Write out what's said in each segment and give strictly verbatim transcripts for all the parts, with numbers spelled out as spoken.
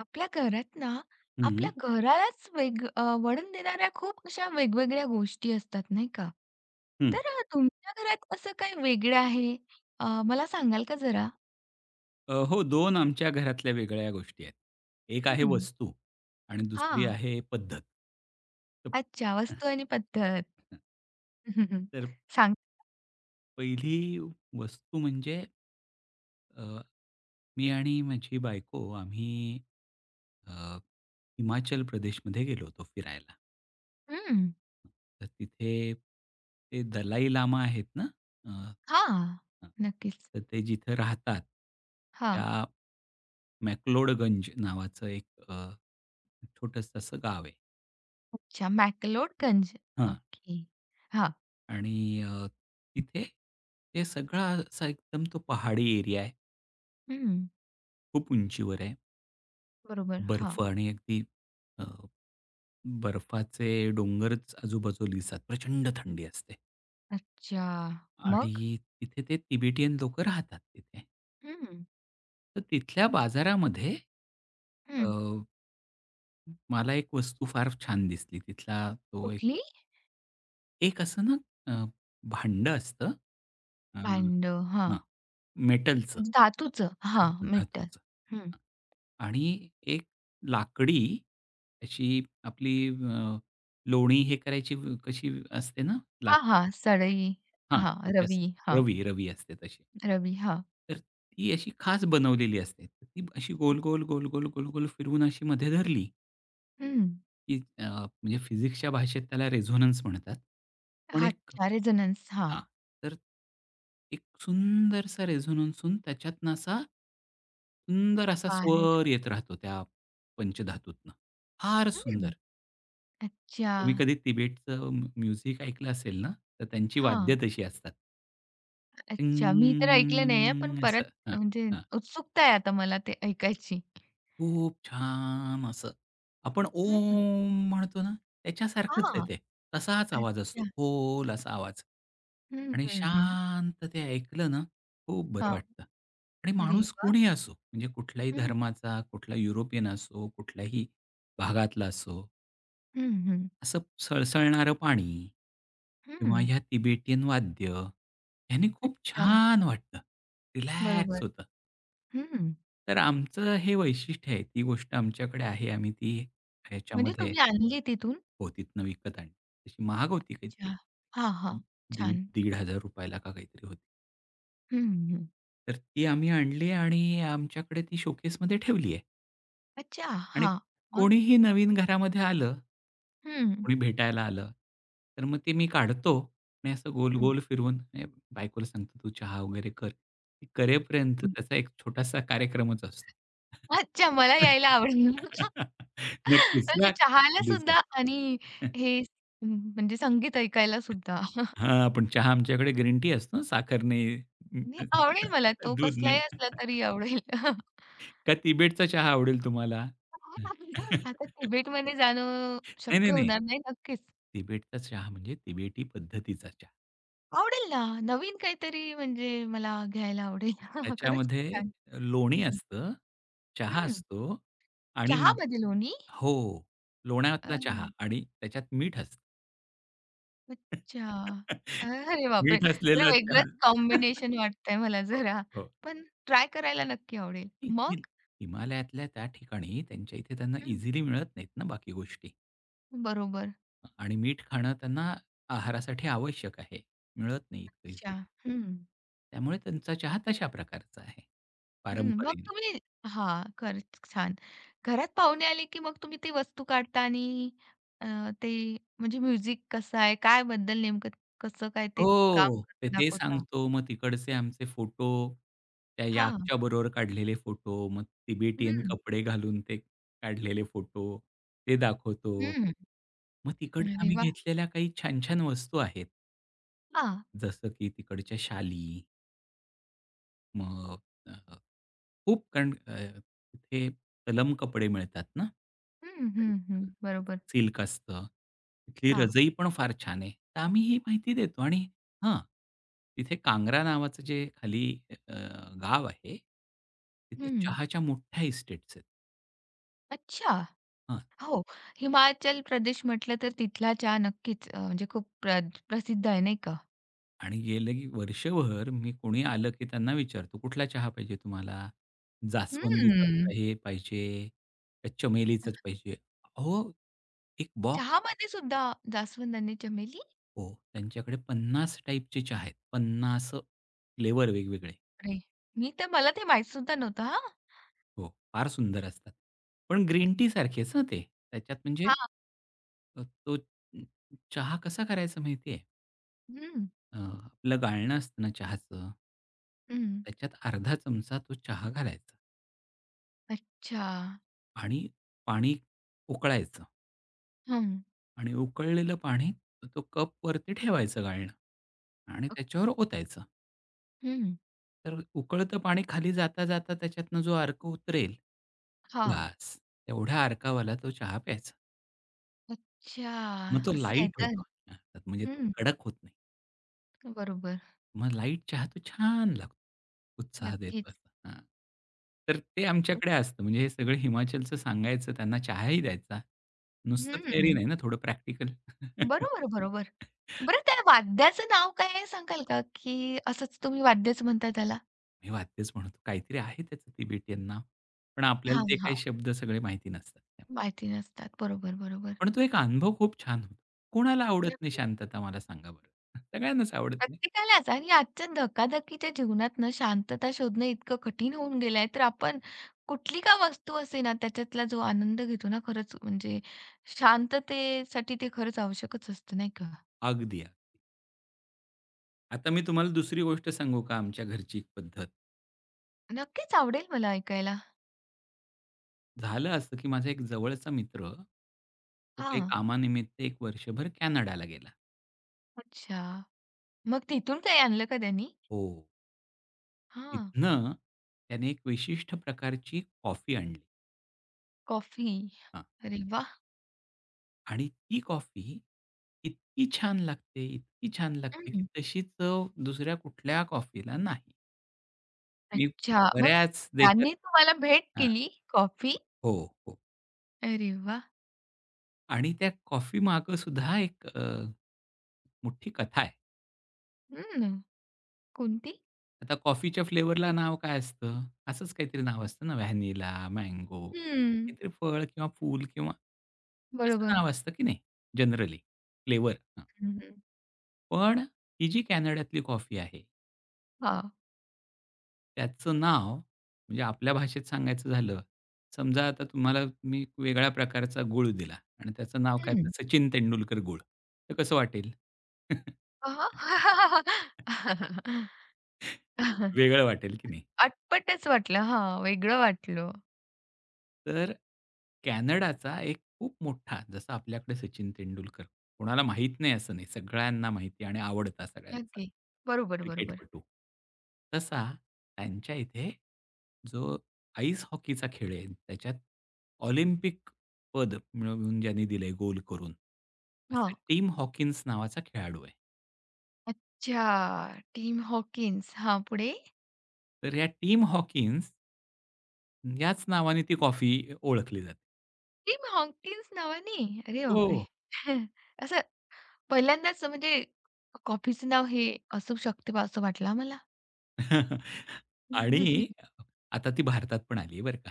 आपल्या घरात ना, हं, आपल्या घरालाच वेग अ, वळण देणाऱ्या खूप अशा वेगवेगळ्या गोष्टी असतात, नाही का? हं. तर अ, तुमच्या घरात असं काय वेगळं आहे? अ, मला सांगाल का जरा? अ, हो दोन आमच्या घरातल्या वेगळ्या गोष्टी आहेत. एक आहे हं. वस्तू आणि दुसरी हां. आहे पद्धत. तर अच्छा, वस्तू आणि पद्धत. हम्म. तर सांग पहिली वस्तू म्हणजे अ, मी आणि माझी बायको आम्ही अ, हिमाचल प्रदेशमध्ये गेलो होतो फिरायला. हं. तर तिथे ते दलाई लामा आहेत ना, अ, हां. हां. नक्कीच. तर ते जिथे राहतात, त्या हां. मॅक्लोडगंज नावाचं एक अ, छोटंसं असं गाव आहे. अच्छा, मॅक्लोडगंज. हां. ओके. हां. आणि अ, तिथे ते सगळा असा एकदम तो पहाडी एरिया आहे. हं. खूप उंचीवर आहे. बरोबर. हां. बर्फ आणि अगदी अ, बर्फाचे डोंगरच आजूबाजूला दिसतात. प्रचंड थंडी असते. अच्छा. आणि मग? तिथे ते तिबेटियन लोकं राहतात तिथे. हं. तर तिथल्या बाजारामध्ये अ, हं. मला एक वस्तू फार छान दिसली. तिथला तो एक कुठली? एक असं ना अ, भांडं असतं. अ, भांडं. हां. हां. मेटलचं. म्हणजे धातूचं? हां, मेटल. धातूचं. हं. आणि एक लाकडी अशी आपली अ, लोणी हे करायची व- कशी असते ना हां, हां. लाकूड सळई, हां, हां, त्याची रवी, असते हां, रवी, रवी असते तशी. रवी, हां. तर ती अशी खाच बनवलेली असते. तर ती अशी गोल, गोल, गोल, गोल, गोल, गोल फिरवून अशी मध्ये धरली हं. की अ, म्हणजे फिजिक्सच्या भाषेत त्याला रेझोनन्स म्हणतात. पण हां, एक चार जणांस हां, हां. तर एक सुंदरसा रेझोनन्स होऊन त्याच्यातनं असा सुंदर असा बाहेर. स्वर येत राहतो त्या पंचधातूतनं. फार सुंदर. हं. अच्छा. तुम्ही कधी तिबेटचं म्यु म्युझिक ऐकलं असेल ना, तर त्यांची वाद्य हां. तशी असतात. अच्छा. मी तर ऐकलं नाहीये, पण टिंग परत असं. हां. म्हणजे उत्सुकता आहे आता मला ते ऐकायची. खूप छान असं. आपण ओम हं. म्हणतो ना, त्याच्यासारखंच आहे हां. ते. तसाच आवाज असतो, अच्छा. खोल असा आवाज हं, आणि हं, हं. शांत ते ऐकलं ना, खूप बरं हां. वाटतं आणि अरे माणूस वाह! कोणीही असो, म्हणजे कुठल्याही हं, धर्माचा, कुठला युरोपियन असो, कुठल्याही भागातला असो, हं, हं. असं सळसळणारं पाणी हं. किंवा ह्या तिबेटियन वाद्य, ह्यानी खूप अच्छा. छान वाटतं, बरोबर. रिलॅक्स होतं. हं. तर आमचं हे वैशिष्ट्य आहे. ती गोष्ट आमच्याकडे आहे. आम्ही ती म्हणजे ह्याच्यामध्ये तुम्ही आणली तिथून? हो, तिथनं विकत आणली. तशी महाग होती अच्छा. काहीतरी. हां, हां. दीड छान. दीड हजार ला का काहीतरी होती. हं, हं. तर ती आम्ही आणली आणि आमच्याकडे ती शोकेसमध्ये ठेवली आहे अच्छा, आणि हां. मग? कोणीही नवीन घरामध्ये आलं हं, कोणी भेटायला आलं, तर मग ते मी काढतो आणि असं हं, गोल-गोल फिरवून ए, बायकोला सांगतो, "तू चहा वगैरे कर." ती करेपर्यंत हं. त्याचा एक छोटासा कार्यक्रमच असतो. अच्छा, मला यायला आवडेल. नक्कीच ना. म्हणजे चहाला कधीच आहे. सुद्धा आणि हे हम्म, म्हणजे संगीत ऐकायला सुद्धा. हां, पण चहा आमच्याकडे ग्रीन टी असतो ना, साखर नाही, नाही, आवडेल मला तो दूध कसलाही नाही. असला तरी आवडेल. का तिबेटचा चहा आवडेल तुम्हाला? आता नाही, तिबेटमध्ये जाणं नाही, शक्य नाही. होणार नाही. नक्कीच. तिबेटचा चहा म्हणजे तिबेटी पद्धतीचा चहा. आवडेल ना, नवीन काहीतरी म्हणजे मला घ्यायला आवडेल. खरंच खूप त्याच्यामध्ये छान. लोणी हं, असतं, चहा हं. असतो आणि चहामध्ये लोणी? हो, लोण्यातला चहा आणि त्याच्यात मीठ असतं. अच्छा. अरे बापरे! मीठ जरा असलेला चहा. वेगळंच कॉम्बिनेशन वाटतंय मला हो, जरा. हो. पण ट्राय करायला नक्की आवडेल. नाही, मग? तुम्ही हिमालयातल्या त्या ठिकाणी त्यांच्या इथे त्यांना हं. इझिली मिळत नाहीत ना बाकी गोष्टी बरोबर. आणि मीठ खाणं त्यांना आहारासाठी आवश्यक आहे. मिळत नाही इतकं इझिली. अच्छा. हं. त्यामुळे त्यांचा चहा तशा प्रकारचा आहे, हं. मग पारंपरेने. तुम्ही हां, खरंच छान. घरात पाहुणे आले की मग तुम्ही ती वस्तू काढता आणि अ, ते म्हणजे म्युझिक कसा आहे? काय बद्दल नेमकं कसं काय ते काम हो. तर करतं ते दाखवता? सांगतो. मग तिकडचे आमचे फोटो, त्या हां. याकच्या बरोबर काढलेले फोटो, मग तिबेटियन हं. कपडे घालून ते काढलेले फोटो, ते दाखवतो. हं. मग तिकडनं अरे आम्ही वाह! घेतलेल्या काही छान-छान वस्तू आहेत. हां. जसं की तिकडच्या शाली. मग अ, खूप कारण अ, तिथे तलम कपडे मिळतात ना. हं, हं, हं. बरोबर. सिल्क असतं. तिथली हां. रजई पण फार छान आहे. तर आम्ही ही माहिती देतो आणि हां, तिथे कांगरा नावाचं जे खाली अ, गाव आहे, तिथे हं. चहाच्या मोठ्या इस्टेट्स आहेत. अच्छा. हां. हो. हिमाचल प्रदेश म्हटलं तर तिथला चहा नक्कीच अ, म्हणजे खूप प्र प्रसिद्ध आहे, नाही का? आणि गेलं की वर्षभर मी कोणी आलं की त्यांना विचारतो, "कुठला चहा पाहिजे तुम्हाला? जास्वंदीचा हम्म. हे पाहिजे, का चमेलीचाच पाहिजे?" अहो, एक बॉक्स चहामध्ये सुद्धा जास्वंद आणि चमेली? हो, त्यांच्याकडे पन्नास टाइपचे चहा आहेत. पन्नास फ्लेवर वेगवेगळे. अरे! मी तर मला ते माहीत सुद्धा नव्हतं हा? हो, फार सुंदर असतात. पण ग्रीन टी सारखेच हं ते. त्याच्यात म्हणजे हां. अ, तो चहा कसा करायचा माहिती आहे? हं, अ, आपलं गाळणं असतं ना चहाचं. हं. त्याच्यात अर्धा चमचा तो चहा घालायचा अच्छा. आणि पाणी उकळायचं हं. आणि उकळलेलं पाणी तो कपवरती ठेवायचं गाळणं आणि अ, त्याच्यावर ओतायचं. हं. तर उकळतं पाणी खाली जाता, जाता त्याच्यातनं जो अर्क उतरेल, हां. बास तेवढ्या अर्कावाला तो चहा प्यायचा. अच्छा. मग तो असं आहे लाईट तर. होतो. हां, म्हणजे तो हं. कडक होत नाही. बरोबर. मग लाईट चहा तो छान लागतो. उत्साह देतो नक्कीच. असा. हां. तर ते आमच्याकडे असतं. म्हणजे हे सगळं हिमाचलचं सांगायचं, त्यांना चहाही द्यायचा. नुसतं थेअरी हं. नाही ना, थोडं प्रॅक्टिकल. बरोबर, बरोबर. बरं त्या वाद्याचं नाव काय आहे सांगाल का? की असंच तुम्ही वाद्यच म्हणता त्याला? मी वाद्यच म्हणतो. काहीतरी आहे त्याचं तिबेटियन नाव. पण आपल्याला हां, ते काही शब्द सगळे माहिती नसतात. माहिती नसतात. बरोबर, बरोबर. पण तो एक अनुभव खूप छान होता. कोणाला आवडत नाही नक्कीच. शांतता मला सांगा बरं? सगळ्यांनाच आवडत नाही. प्रत्येकालाच आणि आजच्या धकाधकीच्या जीवनात ना शांतता शोधणं इतकं कठीण होऊन गेलं आहे, तर आपण कुठली का वस्तू असे ना, त्याच्यातला जो आनंद घेतो ना, खरंच म्हणजे शांततेसाठी ते खरंच आवश्यकच असतं, नाही का? अगदी, अगदी. आता मी तुम्हाला दुसरी गोष्ट सांगू का आमच्या घरची एक पद्धत? नक्कीच आवडेल मला ऐकायला. झालं असं, की माझा एक जवळचा मित्र, तो काही हां, कामानिमित्त एक वर्षभर कॅनडाला गेला. अच्छा. मग तिथून काही आणलं का त्यांनी? हो. हां, तिथनं त्याने एक विशिष्ट प्रकारची कॉफी आणली. कॉफी. हां. अरे वाह! आणि ती कॉफी इतकी छान लागते, इतकी छान लागते, की हं. तशी चव दुसऱ्या कुठल्या कॉफीला नाही. मी अच्छा. मग बऱ्याच देशात त्यांनी तुम्हाला भेट केली, कॉफी. हो, हो. अरे वाह! आणि त्या कॉफीमागे सुद्धा एक अ, मोठी कथा आहे. हं. कोणती? आता कॉफीच्या फ्लेवरला नाव काय असतं? असंच काहीतरी नाव असतं ना, व्हॅनिला, मँगो, हं, काहीतरी फळ किंवा फूल किंवा असं बरोबर. नाव असतं की नाही जनरली फ्लेवर. हं, हं. पण ही जी कॅनडातली कॉफी आहे, हां. त्याचं नाव म्हणजे आपल्या भाषेत सांगायचं झालं, समजा आता तुम्हाला मी वेगळ्या प्रकारचा गूळ दिला आणि त्याचं नाव काय हं. तर सचिन तेंडुलकर गूळ. तर कसं वाटेल? अ, हां. वेगळं वाटेल की नाही. अटपटच वाटलं. हां, वेगळं वाटलं. तर कॅनडाचा एक खूप मोठा जसा आपल्याकडे सचिन तेंडुलकर कोणाला माहीत नाही असं नाही, सगळ्यांना माहिती आणि आवडता सगळ्यांचा नक्की. बरोबर, बरोबर. क्रिकेटपटू. तसा त्यांच्या इथे जो आईस हॉकीचा खेळ आहे, त्याच्यात ऑलिम्पिक पद मिळवून ज्यांनी दिलंय गोल करून, असं हां. टिम हॉकिन्स नावाचा खेळाडू आहे. अच्छा, टीम हॉकिन्स. हां, पुढे? तर या टिम हॉकिन्स याच नावाने ती कॉफी ओळखली जाते. टिम हॉकिन्स नावाने? अरे हो. बापरे! असं पहिल्यांदाच म्हणजे कॉफीचं नाव हे असू शकते बा असं वाटलं मला. आणि आता ती भारतात पण आली आहे बरं का.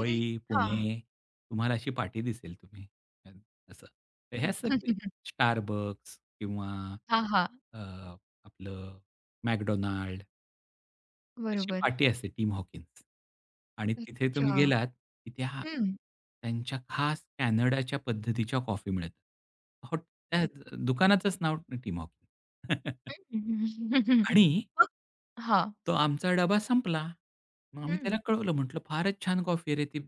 अरे हां. पुणे तुम्हाला अशी पाटी दिसेल तुम्ही अ, असं. तर हे असतं की किंवा हां, हां. अ, आपलं McDonald's तशी बरोबर. पाटी असते टीम हॉकिन्स आणि तिथे तुम्ही अच्छा. गेलात की त्या हं. त्यांच्या खास कॅनडाच्या पद्धतीच्या कॉफी मिळतात. हॉट त्या दुकानाचंच नाव टीम हॉकिन्स हम्म. आणि मग हां. तो आमचा डबा संपला. मग हं. आम्ही त्याला हं. कळवलं म्हटलं, "फारच छान कॉफी आहे रे ती,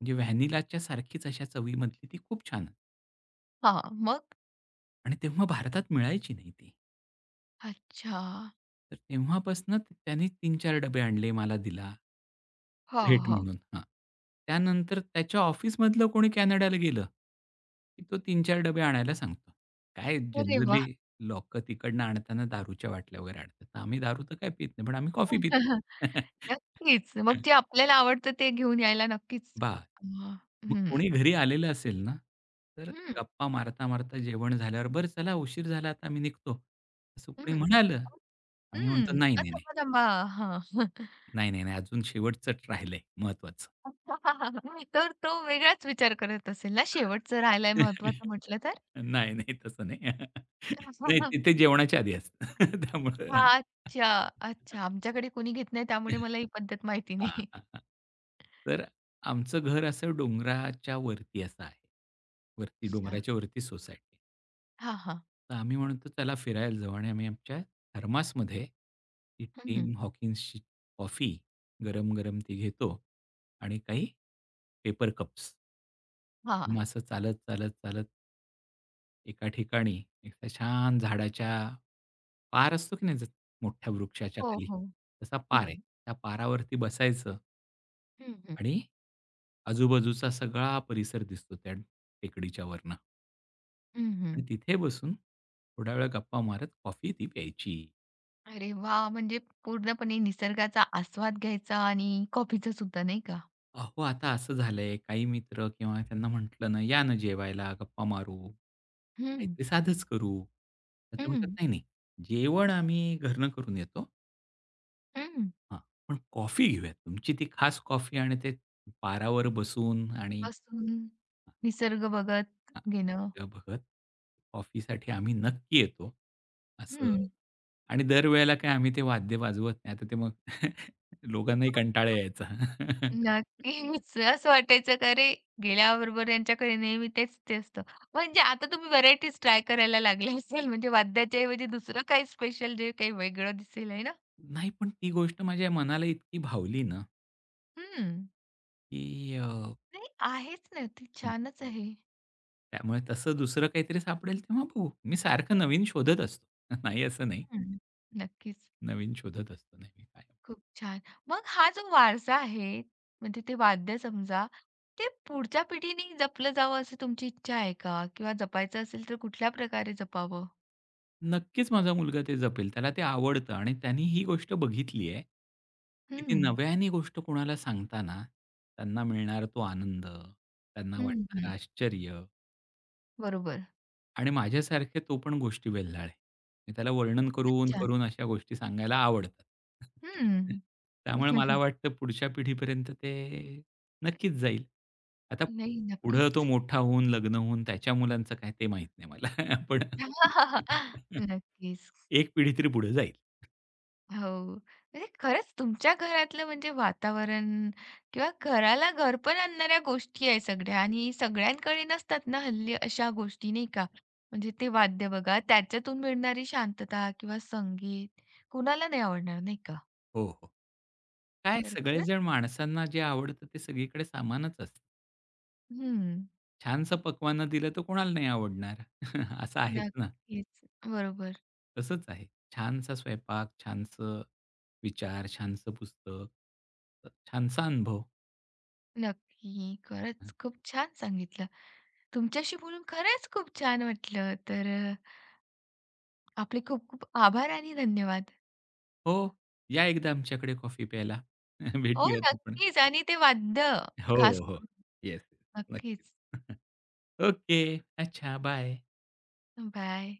म्हणजे व्हॅनिलाच्या सारखीच अशा चवीमधली ती खूप छान." आहे. हां. मग? आणि तेव्हा भारतात मिळायची नाही ती. अच्छा. तर तेव्हापासून त्याने तीन चार डबे आणले, मला दिला हां, भेट हां. म्हणून. हां. त्यानंतर त्याच्या ऑफिसमधलं कोणी कॅनडाला गेलं, की तो तीन चार डबे आणायला सांगतो. काय अरे जनरली वाह! लोकं तिकडनं आणताना दारूच्या बाटल्या वगैरे आणतात. तर आम्ही दारू तर काय पीत नाही, पण आम्ही कॉफी पितो. नक्कीच. मग हं. जे आपल्याला आवडतं ते घेऊन यायला नक्कीच हां. मग हं. कोणी घरी आलेलं असेल ना, तर हं, गप्पा मारता-मारता जेवण झाल्यावर, "बरं चला उशीर झाला आता आम्ही निघतो." असं कोणी हं. म्हणालं, आम्ही म्हणतो, हं. "नाही, अ, नाही, नाही. थांबा, थांबा. हां. नाही, नाही, नाही. अजून शेवटचं राहिलंय महत्त्वाचं." तर तो वेगळाच विचार करत असेल ना, शेवटचं राहायला महत्त्वाचं म्हटलं तर? नाही, नाही तसं नाही. नाही तिथे जेवणाच्या आधी असतं. त्यामुळे हां. अच्छा, अच्छा. आमच्याकडे कोणी घेत नाही त्यामुळे मला ही पद्धत माहिती हां, नाही. हां, हां. तर आमचं घर असं डोंगराच्या वरती असं आहे. वरती अच्छा. डोंगराच्या वरती सोसायटी. हां, हां. तर आम्ही म्हणतो चला फिरायला जाऊ आणि आम्ही आमच्या थर्मासमध्ये ती हं, हं. टीम हॉकिन्सची कॉफी गरम-गरम ती घेतो आणि काही पेपर कप्स. आणि मग असं चालत, चालत, चालत एका ठिकाणी एका छान झाडाच्या पार असतो की नाही जो मोठ्या वृक्षाच्या हो, खाली, हो. तसा पार आहे. हं, त्या पारावरती बसायचं हं, हं. आणि आजूबाजूचा सगळा परिसर दिसतो त्या टेकडीच्या वरनं. हं, हं. आणि तिथे बसून थोडा वेळ गप्पा मारत कॉफी ती प्यायची. अरे वाह! म्हणजे पूर्णपणे निसर्गाचा आस्वाद घ्यायचा आणि कॉफीचं सुद्धा नाही का? अहो, आता असं झालंय काही मित्र किंवा त्यांना म्हटलं ना, "या ना जेवायला, गप्पा मारू, हं, काहीतरी साधंच करू." तर ते हं, म्हणतात, "नाही, नाही, जेवण आम्ही घरनं करून येतो. हं. हां, पण कॉफी घेऊयात. तुमची ती खास कॉफी आणि ते पारावर बसून आणि बसून निसर्ग बघत हां. घेणं. त्या भगत कॉफीसाठी आम्ही नक्की येतो, असं हं. आणि दरवेळेला काय आम्ही ते वाद्य वाजवत नाही. आता ते मग लोकांनाही कंटाळा यायचा. नक्कीच. असं वाटायचं का अरे गेल्याबरोबर यांच्याकडे नेहमी तेच ते असतं. म्हणजे आता तुम्ही व्हरायटीज ट्राय करायला लागले असेल म्हणजे वाद्याच्या ऐवजी दुसरं काही स्पेशल जे काही वेगळं दिसेल आहे ना? नाही, पण ती गोष्ट माझ्या मनाला इतकी भावली ना, हं. की अ, नाही आहेच ना. ते छानच आहे. त्यामुळे तसं दुसरं काहीतरी सापडेल तेव्हा बघू. मी सारखं नवीन शोधत असतो. नाही असं नाही. हं. नक्कीच. नवीन शोधत असतो नेहमी काय. खूप छान. मग हा जो वारसा आहे, म्हणजे ते वाद्य समजा, ते पुढच्या पिढीने जपलं जावं अशी तुमची इच्छा आहे का? किंवा जपायचं असेल तर कुठल्या प्रकारे जपावं? नक्कीच माझा मुलगा ते जपेल. त्याला ते आवडतं आणि त्यानी ही गोष्ट बघितली आहे, की ती हं. नव्याने गोष्ट कोणाला सांगताना त्यांना मिळणारा तो आनंद, त्यांना हं, वाटणारं हं. आश्चर्य बरोबर. आणि माझ्यासारखे तो पण गोष्टी वेल्हाळ आहे. मी त्याला वर्णन करून, अच्छा. करून अशा गोष्टी सांगायला आवडतात. हं. त्यामुळे मला वाटतं पुढच्या पिढीपर्यंत ते नक्कीच जाईल. आता नाही, पुढं तो नक्कीच. मोठा होऊन, लग्न होऊन त्याच्या मुलांचं काय ते माहीत नाही मला. पण नक्कीच. एक पिढी तरी पुढे जाईल. हो. म्हणजे खरंच तुमच्या घरातलं म्हणजे वातावरण किंवा घराला घरपण आणणाऱ्या गोष्टी आहे सगळ्या आणि सगळ्यांकडे नसतात ना हल्ली अशा गोष्टी, नाही का? म्हणजे ते वाद्य बघा, त्याच्यातून मिळणारी शांतता किंवा संगीत कुणाला नाही आवडणार, नाही का? हो, हो. काय तर खरंच सगळेजण माणसांना जे आवडतं ते सगळीकडे सामानच असतं. हं. छानसं पकवानं दिलं तर कोणाला नाही आवडणार? असं आहेच ना. नक्कीच. बरोबर. तसंच आहे. छानसा स्वयंपाक, छानसं विचार, छानसं पुस्तक, अ, छानसा अनुभव. नक्की. खरंच खूप छान सांगितलं. तुमच्याशी बोलून खरंच खूप छान वाटलं. तर अ, आपले खूप खूप आभार आणि धन्यवाद. हो, या एकदा आमच्याकडे कॉफी प्यायला. हो, भेटूयात आपण. नक्कीच आणि ते वाद्य हो, खास हो. करून. येस, नक्कीच. येस. ओके. अच्छा. बाय. बाय.